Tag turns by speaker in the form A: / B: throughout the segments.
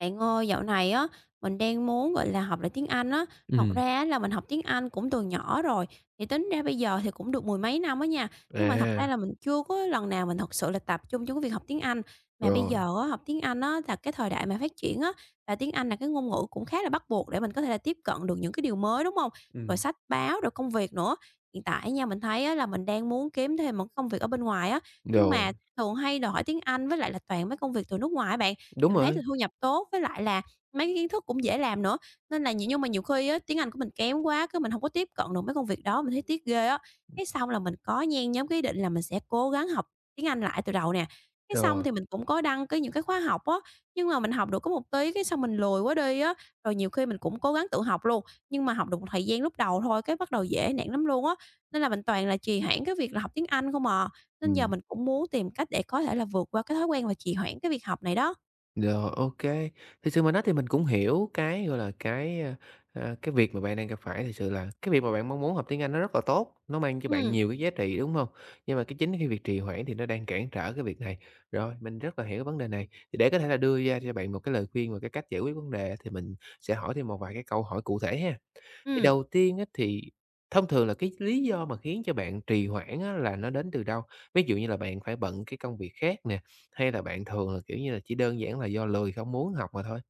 A: Bạn ơi, dạo này á, mình đang muốn, gọi là, học lại tiếng Anh á. Thật
B: Ừm.
A: ra á là mình học tiếng Anh cũng từ nhỏ rồi, thì tính ra bây giờ thì cũng được mười mấy năm á nha, nhưng mà thật
B: À,
A: ra là mình chưa có lần nào mình thật sự là tập trung cho cái việc học tiếng Anh. Mà bây
B: rồi.
A: giờ á, học tiếng Anh á là cái thời đại mà phát triển á, và tiếng Anh là cái ngôn ngữ cũng khá là bắt buộc để mình có thể là tiếp cận được những cái điều mới, đúng không? Rồi
B: Ừm.
A: sách báo, rồi công việc nữa. Hiện tại nha, mình thấy á là mình đang muốn kiếm thêm một công việc ở bên ngoài á, nhưng
B: Rồi,
A: mà thường hay đòi hỏi tiếng Anh với lại là toàn mấy công việc từ nước ngoài á bạn. Thì
B: đúng
A: mình thấy
B: rồi.
A: thì thu nhập tốt, với lại là mấy cái kiến thức cũng dễ làm nữa, nên là nhiều nhưng mà nhiều khi á, tiếng Anh của mình kém quá, cái mình không có tiếp cận được mấy công việc đó, mình thấy tiếc ghê á. Cái xong là mình có nhen nhóm cái ý định là mình sẽ cố gắng học tiếng Anh lại từ đầu nè, cái xong
B: Rồi.
A: thì mình cũng có đăng những cái khóa học á, nhưng mà mình học được có một tí cái xong mình lười quá đi á. Rồi nhiều khi mình cũng cố gắng tự học luôn, nhưng mà học được một thời gian lúc đầu thôi, cái bắt đầu dễ nản lắm luôn á, nên là mình toàn là trì hoãn cái việc là học tiếng Anh không à. Nên giờ
B: Ừm.
A: mình cũng muốn tìm cách để có thể là vượt qua cái thói quen và trì hoãn cái việc học này đó.
B: Rồi, ô kê. Thực sự mà nói thì mình cũng hiểu cái, gọi là, cái việc mà bạn đang gặp phải. Thực sự là cái việc mà bạn mong muốn học tiếng Anh nó rất là tốt, nó mang cho bạn
A: Ừm,
B: nhiều cái giá trị, đúng hông? Nhưng mà cái chính cái việc trì hoãn thì nó đang cản trở cái việc này. Rồi, mình rất là hiểu cái vấn đề này. Thì để có thể là đưa ra cho bạn một cái lời khuyên và cái cách giải quyết vấn đề á, thì mình sẽ hỏi thêm một vài cái câu hỏi cụ thể ha. Thì
A: ừm,
B: đầu tiên á, thì thông thường là cái lý do mà khiến cho bạn trì hoãn á, là nó đến từ đâu? Ví dụ như là bạn phải bận cái công việc khác nè, hay là bạn thường là, kiểu như là, chỉ đơn giản là do lười không muốn học mà thôi?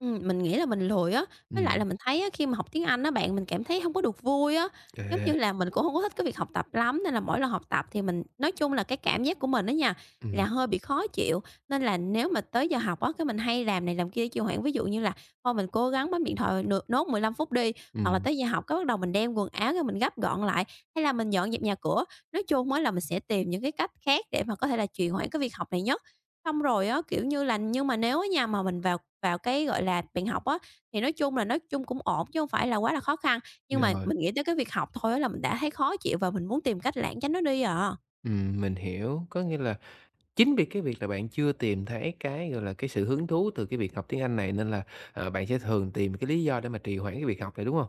A: mình nghĩ là mình lười á, với lại
B: Ừm.
A: là mình thấy á, khi mà học tiếng Anh á bạn, mình cảm thấy hông có được vui á, giống
B: À.
A: như là, mình cũng hông có thích cái việc học tập lắm, nên là mỗi lần học tập thì mình nói chung là cái cảm giác của mình á nha, là
B: Ừm.
A: hơi bị khó chịu. Nên là nếu mà tới giờ học á, cái mình hay làm này làm kia trì hoãn, ví dụ như là thôi mình cố gắng bấm điện thoại được nốt 15 phút đi, hoặc là
B: Ừm.
A: tới giờ học cái bắt đầu mình đem quần áo ra mình gấp gọn lại, hay là mình dọn dẹp nhà cửa. Nói chung á là mình sẽ tìm những cái cách khác để mà có thể là trì hoãn cái việc học này nhá. Xong rồi á, kiểu như là, nhưng mà nếu á nha, mà mình vào vào cái, gọi là, bạn học á, thì nói chung là nói chung cũng ổn chứ hông phải là quá là khó khăn, nhưng mà
B: Rồi.
A: mình nghĩ tới cái việc học thôi á là mình đã thấy khó chịu và mình muốn tìm cách lảng tránh nó đi à.
B: Ừm, mình hiểu. Có nghĩa là chính vì cái việc là bạn chưa tìm thấy cái, gọi là, cái sự hứng thú từ cái việc học tiếng Anh này nên là, bạn sẽ thường tìm cái lý do để mà trì hoãn cái việc học này, đúng không?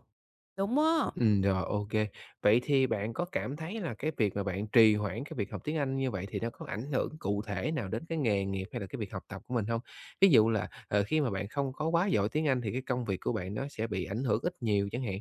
A: Đúng á.
B: Ừm. Rồi, ok. Vậy thì bạn có cảm thấy là cái việc mà bạn trì hoãn cái việc học tiếng Anh như vậy thì nó có ảnh hưởng cụ thể nào đến cái nghề nghiệp hay là cái việc học tập của mình không? Ví dụ là, khi mà bạn không có quá giỏi tiếng Anh thì cái công việc của bạn nó sẽ bị ảnh hưởng ít nhiều chẳng hạn.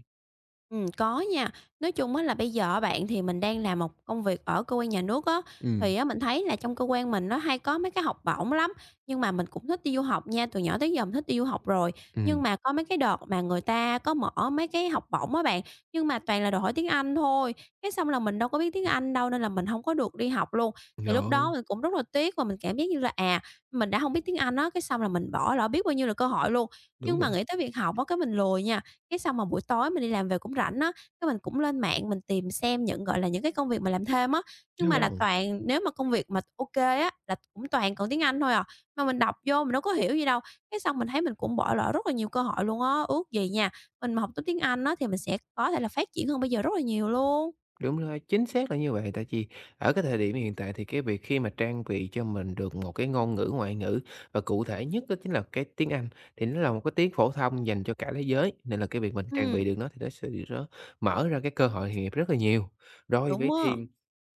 A: Có nha. Nói chung á là bây giờ á bạn, thì mình đang làm một công việc ở cơ quan nhà nước á,
B: Ừm.
A: thì á mình thấy là trong cơ quan mình nó hay có mấy cái học bổng lắm, nhưng mà mình cũng thích đi du học nha, từ nhỏ tới giờ mình thích đi du học rồi.
B: Ừm.
A: Nhưng mà có mấy cái đợt mà người ta có mở mấy cái học bổng á bạn, nhưng mà toàn là đòi hỏi tiếng Anh thôi, cái xong là mình đâu có biết tiếng Anh đâu nên là mình không có được đi học luôn. Thì lúc đó
B: Rồi,
A: mình cũng rất là tiếc và mình cảm giác như là, à, mình đã không biết tiếng Anh á, cái xong là mình bỏ lỡ biết bao nhiêu là cơ hội luôn.
B: đúng
A: Nhưng
B: rồi.
A: mà nghĩ tới việc học á, cái mình lười nha, cái xong mà buổi tối mình đi làm về cũng rảnh á, cái mình cũng lên mạng mình tìm xem những, gọi là, những cái công việc mà làm thêm á, nhưng mà là
B: Rồi.
A: toàn nếu mà công việc mà ô kê á, là cũng toàn cần tiếng Anh thôi à, mà mình đọc vô mình đâu có hiểu gì đâu. Cái xong mình thấy mình cũng bỏ lỡ rất là nhiều cơ hội luôn á, ước gì nha, mình mà học tốt tiếng Anh á thì mình sẽ có thể là phát triển hơn bây giờ rất là nhiều luôn.
B: Đúng rồi, chính xác là như vậy. Tại vì ở cái thời điểm hiện tại thì cái việc khi mà trang bị cho mình được một cái ngôn ngữ ngoại ngữ và cụ thể nhất đó chính là cái tiếng Anh, thì nó là một cái tiếng phổ thông dành cho cả thế giới, nên là cái việc mình trang
A: Ừm,
B: bị được nó thì nó sẽ mở ra cái cơ hội nghề nghiệp rất là nhiều. Rồi, vậy
A: đúng á.
B: thì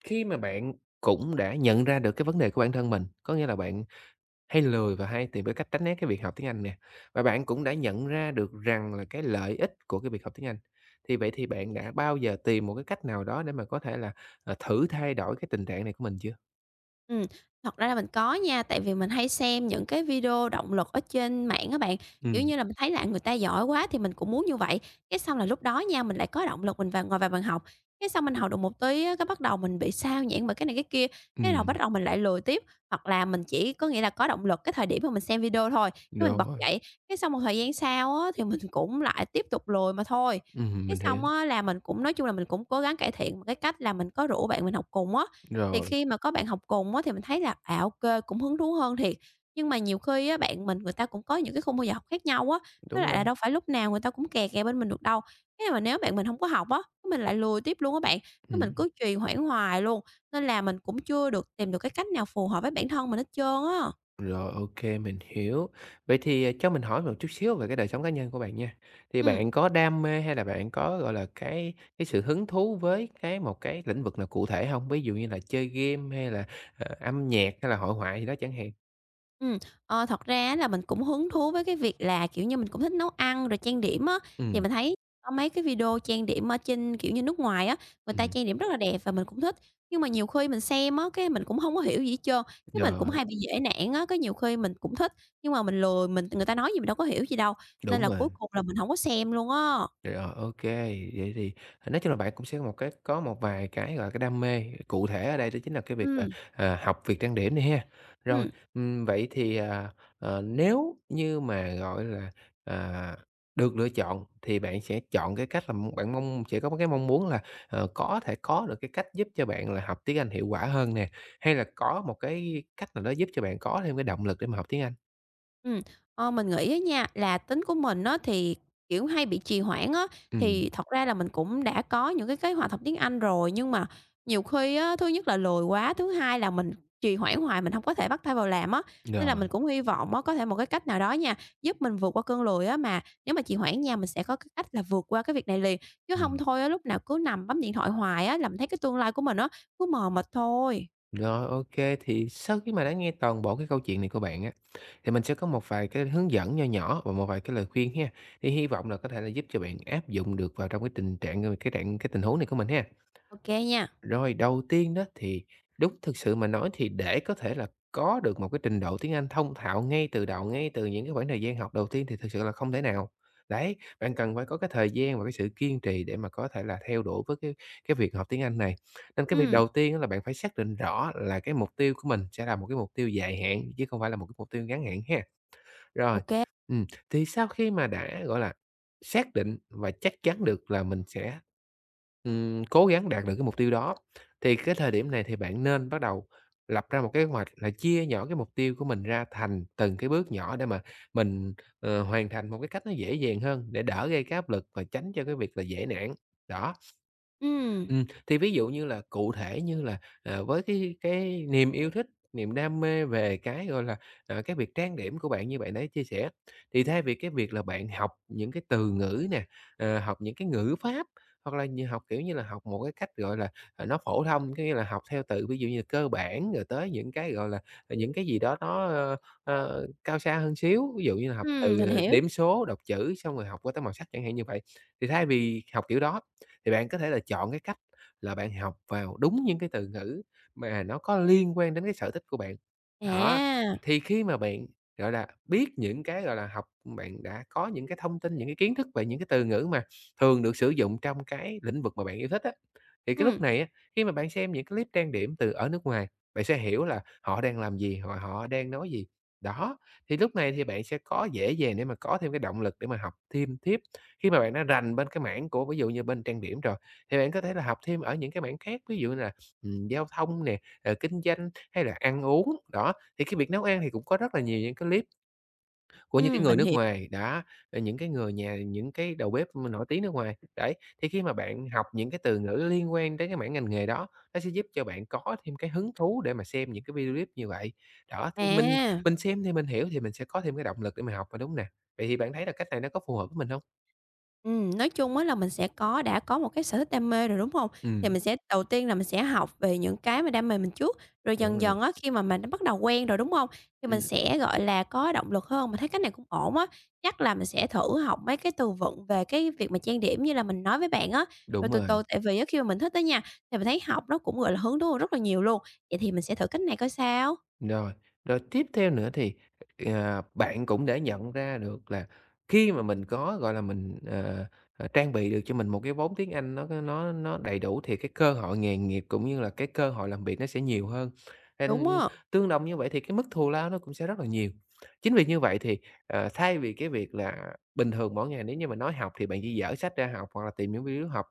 B: khi mà bạn cũng đã nhận ra được cái vấn đề của bản thân mình, có nghĩa là bạn hay lười và hay tìm cái cách tránh né cái việc học tiếng Anh nè. Và bạn cũng đã nhận ra được rằng là cái lợi ích của cái việc học tiếng Anh. Thì vậy thì bạn đã bao giờ tìm một cái cách nào đó để mà có thể là, thử thay đổi cái tình trạng này của mình chưa?
A: Ừm, thật ra là mình có nha, tại vì mình hay xem những cái video động lực ở trên mạng các bạn. Kiểu
B: Ừm.
A: như là, mình thấy là người ta giỏi quá thì mình cũng muốn như vậy, cái xong là lúc đó nha, mình lại có động lực mình vào ngồi vào bàn học, cái xong mình học được một tí á, cái bắt đầu mình bị sao nhãng bởi cái này cái kia, cái đầu bắt
B: Ừm.
A: đầu mình lại lười tiếp. Hoặc là mình chỉ có nghĩa là có động lực cái thời điểm mà mình xem video thôi, cái mình bật
B: Rồi.
A: dậy, cái xong một thời gian sau á, thì mình cũng lại tiếp tục lười mà thôi.
B: Ừm,
A: Cái
B: mình hiểu.
A: xong á là mình cũng nói chung là mình cũng cố gắng cải thiện bằng cái cách là mình có rủ bạn mình học cùng á, thì
B: Rồi,
A: khi mà có bạn học cùng á, thì mình thấy là, à, ok cũng hứng thú hơn thiệt. Nhưng mà nhiều khi á, bạn mình người ta cũng có những cái khung giờ học khác nhau á, với
B: đúng
A: lại
B: rồi.
A: là đâu phải lúc nào người ta cũng kè kè bên mình được đâu. Thế mà nếu bạn mình không có học á, cái mình lại lùi tiếp luôn á bạn, cái mình
B: Ừm.
A: cứ trì hoãn hoài luôn, nên là mình cũng chưa được tìm được cái cách nào phù hợp với bản thân mình hết trơn á.
B: Rồi, ok, mình hiểu. Vậy thì, à, cho mình hỏi một chút xíu về cái đời sống cá nhân của bạn nha. Thì
A: Ừ.
B: bạn có đam mê hay là bạn có, gọi là, cái sự hứng thú với cái một cái lĩnh vực nào cụ thể không? Ví dụ như là chơi game hay là, âm nhạc hay là hội họa gì đó chẳng hạn?
A: Ừm, ờ, thật ra á là mình cũng hứng thú với cái việc là, kiểu như, mình cũng thích nấu ăn rồi trang điểm á, thì
B: Ừ.
A: mình thấy có mấy cái video trang điểm ở trên, kiểu như, nước ngoài á, người ta
B: Ừm.
A: trang điểm rất là đẹp và mình cũng thích. Nhưng mà nhiều khi mình xem á, cái mình cũng không có hiểu gì hết trơn, cái mình
B: Rồi,
A: cũng hay bị dễ nản á, cái nhiều khi mình cũng thích, nhưng mà mình lười, mình người ta nói gì mình đâu có hiểu gì đâu, nên
B: đúng
A: là
B: rồi.
A: cuối cùng là mình không có xem luôn á.
B: Rồi, ok. Vậy thì nói chung là bạn cũng sẽ có một vài cái, gọi là, cái đam mê, cụ thể ở đây đó chính là cái việc là,
A: Ừm,
B: à, học việc trang điểm này ha. Rồi,
A: ừm.
B: vậy thì, à, nếu như mà, gọi là, à, được lựa chọn thì bạn sẽ chọn cái cách là bạn mong sẽ có một cái mong muốn là, có thể có được cái cách giúp cho bạn là học tiếng Anh hiệu quả hơn nè, hay là có một cái cách nào đó giúp cho bạn có thêm cái động lực để mà học tiếng Anh?
A: Ừm, ờ, mình nghĩ á nha, là tính của mình á thì, kiểu, hay bị trì hoãn á,
B: Ừ.
A: thì thật ra là mình cũng đã có những cái kế hoạch học tiếng Anh rồi, nhưng mà nhiều khi á, thứ nhất là lười quá, thứ hai là mình trì hoãn hoài mình không có thể bắt tay vào làm á. Nên là
B: Rồi.
A: mình cũng hy vọng á, có thể một cái cách nào đó nha, giúp mình vượt qua cơn lười á, mà nếu mà trì hoãn nha, mình sẽ có cái cách là vượt qua cái việc này liền, chứ không thôi á, lúc nào cứ nằm bấm điện thoại hoài á, làm thấy cái tương lai của mình á, cứ mờ mịt thôi.
B: Rồi, ok. Thì sau khi mà đã nghe toàn bộ cái câu chuyện này của bạn á, thì mình sẽ có một vài cái hướng dẫn nho nhỏ và một vài cái lời khuyên ha. Thì hy vọng là có thể là giúp cho bạn áp dụng được vào trong cái tình trạng, ơ, cái trạng cái tình huống này của mình ha.
A: Ok nha.
B: Rồi, đầu tiên đó thì đúng thực sự mà nói thì để có thể là có được một cái trình độ tiếng Anh thông thạo ngay từ đầu, ngay từ những cái khoảng thời gian học đầu tiên thì thực sự là không thể nào. Đấy, bạn cần phải có cái thời gian và cái sự kiên trì để mà có thể là theo đuổi với cái việc học tiếng Anh này. Nên cái việc
A: Ừm,
B: đầu tiên á là bạn phải xác định rõ là cái mục tiêu của mình sẽ là một cái mục tiêu dài hạn chứ không phải là một cái mục tiêu ngắn hạn ha.
A: ô
B: Rồi,
A: kê.
B: thì sau khi mà đã, gọi là, xác định và chắc chắn được là mình sẽ, cố gắng đạt được cái mục tiêu đó, thì cái thời điểm này thì bạn nên bắt đầu lập ra một cái kế hoạch là chia nhỏ cái mục tiêu của mình ra thành từng cái bước nhỏ để mà mình, hoàn thành một cái cách nó dễ dàng hơn để đỡ gây cái áp lực và tránh cho cái việc là dễ nản. Đó.
A: Ừm,
B: Thì ví dụ như là cụ thể như là, với cái niềm yêu thích, niềm đam mê về cái, gọi là, cái việc trang điểm của bạn như bạn đã chia sẻ, thì thay vì cái việc là bạn học những cái từ ngữ nè, học những cái ngữ pháp hoặc là học, kiểu như là, học một cái cách, gọi là, nó phổ thông, có nghĩa là học theo từ ví dụ như là cơ bản rồi tới những cái, gọi là, những cái gì đó nó, cao xa hơn xíu, ví dụ như là học từ,
A: mình hiểu.
B: điểm số, đọc chữ xong rồi học qua tới màu sắc chẳng hạn như vậy. Thì thay vì học kiểu đó thì bạn có thể là chọn cái cách là bạn học vào đúng những cái từ ngữ mà nó có liên quan đến cái sở thích của bạn. Đó,
A: À,
B: thì khi mà bạn, gọi là, biết những cái, gọi là, học bạn đã có những cái thông tin, những cái kiến thức về những cái từ ngữ mà thường được sử dụng trong cái lĩnh vực mà bạn yêu thích á, thì cái lúc
A: ừm,
B: này á, khi mà bạn xem những cái clip trang điểm từ ở nước ngoài, bạn sẽ hiểu là họ đang làm gì, họ họ đang nói gì. Đó, thì lúc này thì bạn sẽ có dễ dàng để mà có thêm cái động lực để mà học thêm tiếp khi mà bạn đã rành bên cái mảng của ví dụ như bên trang điểm rồi. Thì bạn có thể là học thêm ở những cái mảng khác, ví dụ như là, giao thông nè, kinh doanh hay là ăn uống. Đó, thì cái việc nấu ăn thì cũng có rất là nhiều những cái clip của những cái người
A: mình
B: nước
A: hiểu.
B: ngoài, đó, những cái người nhà những cái đầu bếp nổi tiếng nước ngoài. Đấy, thì khi mà bạn học những cái từ ngữ liên quan đến cái mảng ngành nghề đó, nó sẽ giúp cho bạn có thêm cái hứng thú để mà xem những cái video clip như vậy. Đó, thì
A: À,
B: mình xem thì mình hiểu thì mình sẽ có thêm cái động lực để mà học mà, đúng nè? Vậy thì bạn thấy là cách này nó có phù hợp với mình không?
A: nói chung á là mình sẽ có đã có một cái sở thích đam mê rồi, đúng hông? Thì
B: Ừm,
A: mình sẽ đầu tiên là mình sẽ học về những cái mà đam mê mình trước, rồi
B: đúng
A: dần
B: rồi.
A: dần á, khi mà mình đã bắt đầu quen rồi, đúng hông? Thì mình
B: Ừm,
A: sẽ, gọi là, có động lực hơn, mình thấy cái này cũng ổn á, chắc là mình sẽ thử học mấy cái từ vựng về cái việc mà trang điểm như là mình nói với bạn á, rồi
B: đúng
A: từ
B: rồi.
A: từ tại vì á, khi mà mình thích á nha, thì mình thấy học nó cũng, gọi là, hứng thú hơn rất là nhiều luôn, vậy thì mình sẽ thử cách này coi sao.
B: Rồi, tiếp theo nữa thì, bạn cũng đã nhận ra được là khi mà mình có, gọi là, mình, trang bị được cho mình một cái vốn tiếng Anh nó đầy đủ thì cái cơ hội nghề nghiệp cũng như là cái cơ hội làm việc nó sẽ nhiều hơn. Ừm,
A: Đúng á.
B: tương đồng như vậy thì cái mức thù lao nó cũng sẽ rất là nhiều. Chính vì như vậy thì, thay vì cái việc là bình thường mỗi ngày nếu như mà nói học thì bạn chỉ dở sách ra học hoặc là tìm những video học,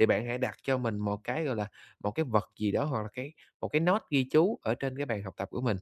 B: thì bạn hãy đặt cho mình một cái, gọi là, một cái vật gì đó hoặc là một cái note ghi chú ở trên cái bàn học tập của mình.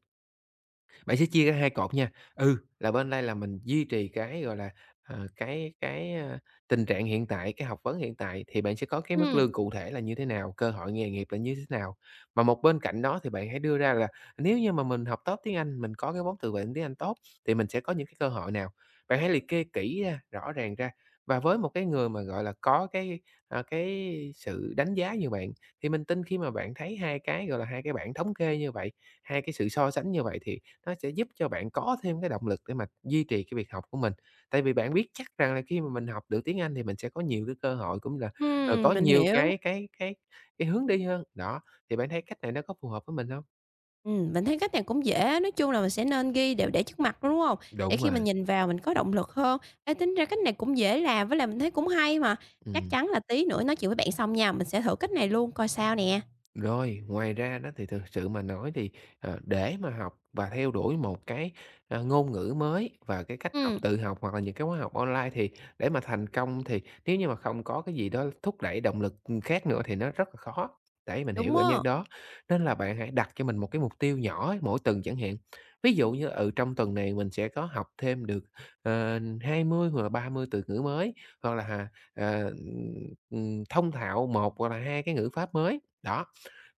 B: Bạn sẽ chia ra hai cột nha. Ừ, là bên đây là mình duy trì cái, gọi là, ờ, cái cái, a, tình trạng hiện tại, cái học vấn hiện tại thì bạn sẽ có cái mức
A: Ừm,
B: lương cụ thể là như thế nào, cơ hội nghề nghiệp là như thế nào. Mà một bên cạnh đó thì bạn hãy đưa ra là nếu như mà mình học tốt tiếng Anh, mình có cái vốn từ vựng tiếng Anh tốt thì mình sẽ có những cái cơ hội nào. Bạn hãy liệt kê kỹ ra, rõ ràng ra và với một cái người mà, gọi là, có cái, à, cái sự đánh giá như bạn thì mình tin khi mà bạn thấy hai cái, gọi là, hai cái bảng thống kê như vậy, hai cái sự so sánh như vậy thì nó sẽ giúp cho bạn có thêm cái động lực để mà duy trì cái việc học của mình. Tại vì bạn biết chắc rằng là khi mà mình học được tiếng Anh thì mình sẽ có nhiều cái cơ hội cũng là, có
A: mình
B: nhiều
A: hiểu.
B: cái hướng đi hơn. Đó, thì bạn thấy cách này nó có phù hợp với mình không?
A: Mình thấy cách này cũng dễ, nói chung là mình sẽ nên ghi đều để trước mặt đúng không? Để
B: Đúng
A: khi
B: rồi,
A: mình nhìn vào mình có động lực hơn. Ê, tính ra cách này cũng dễ làm, với lại mình thấy cũng hay mà. Chắc
B: ừm.
A: chắn là tí nữa nói chuyện với bạn xong nha, mình sẽ thử cách này luôn coi sao nè.
B: Rồi, ngoài ra đó thì thực sự mà nói thì, để mà học và theo đuổi một cái, ngôn ngữ mới và cái cách học
A: Ừm,
B: tự học hoặc là những cái khóa học online thì để mà thành công thì nếu như mà không có cái gì đó thúc đẩy động lực, khác nữa thì nó rất là khó. Đấy, mình hiểu
A: đúng
B: cảm
A: á.
B: giác đó. Nên là bạn hãy đặt cho mình một cái mục tiêu nhỏ ấy, mỗi tuần chẳng hạn. Ví dụ như, ừ, trong tuần này mình sẽ có học thêm được, 20 hoặc là 30 từ ngữ mới, hoặc là, ờ, ừm, thông thạo một hoặc là 2 cái ngữ pháp mới. Đó,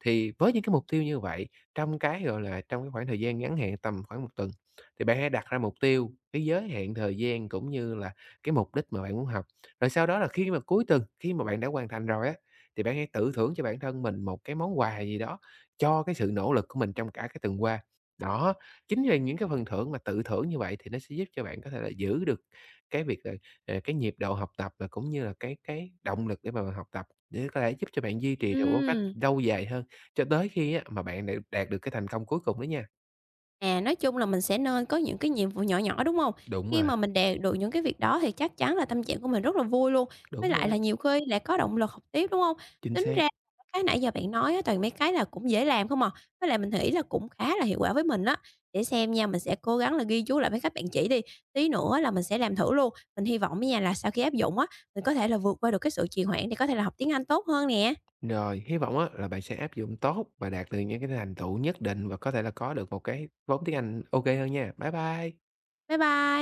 B: thì với những cái mục tiêu như vậy, trong cái khoảng thời gian ngắn hạn tầm khoảng một tuần, thì bạn hãy đặt ra mục tiêu, cái giới hạn thời gian cũng như là cái mục đích mà bạn muốn học. Rồi sau đó là khi mà cuối tuần, khi mà bạn đã hoàn thành rồi á, thì bạn hãy tự thưởng cho bản thân mình một cái món quà gì đó cho cái sự nỗ lực của mình trong cả cái tuần qua. Đó, chính là những cái phần thưởng mà tự thưởng như vậy thì nó sẽ giúp cho bạn có thể là giữ được cái việc là, cái nhịp độ học tập và cũng như là cái động lực để mà bạn học tập, để có thể giúp cho bạn duy trì được một cách
A: Ừm.
B: lâu dài hơn. Cho tới khi á, mà bạn đạt được cái thành công cuối cùng đó nha.
A: À, nói chung là mình sẽ nên có những cái nhiệm vụ nhỏ nhỏ, đúng không?
B: Đúng
A: Khi
B: rồi,
A: mà mình đạt được những cái việc đó thì chắc chắn là tâm trạng của mình rất là vui luôn, với
B: đúng
A: lại
B: rồi,
A: là nhiều khi lại có động lực học tiếp, đúng không?
B: chính
A: Tính
B: xác.
A: ra cái nãy giờ bạn nói á, toàn mấy cái là cũng dễ làm không à, với lại mình nghĩ là cũng khá là hiệu quả với mình á. Để xem nha, mình sẽ cố gắng là ghi chú lại mấy cách bạn chỉ đi, tí nữa là mình sẽ làm thử luôn. Mình hy vọng á nhà là sau khi áp dụng á, mình có thể là vượt qua được cái sự trì hoãn để có thể là học tiếng Anh tốt hơn nè.
B: Rồi, hy vọng á, là bạn sẽ áp dụng tốt và đạt được những cái thành tựu nhất định và có thể là có được một cái vốn tiếng Anh ô kê hơn nha. Bye bye.
A: Bye bye.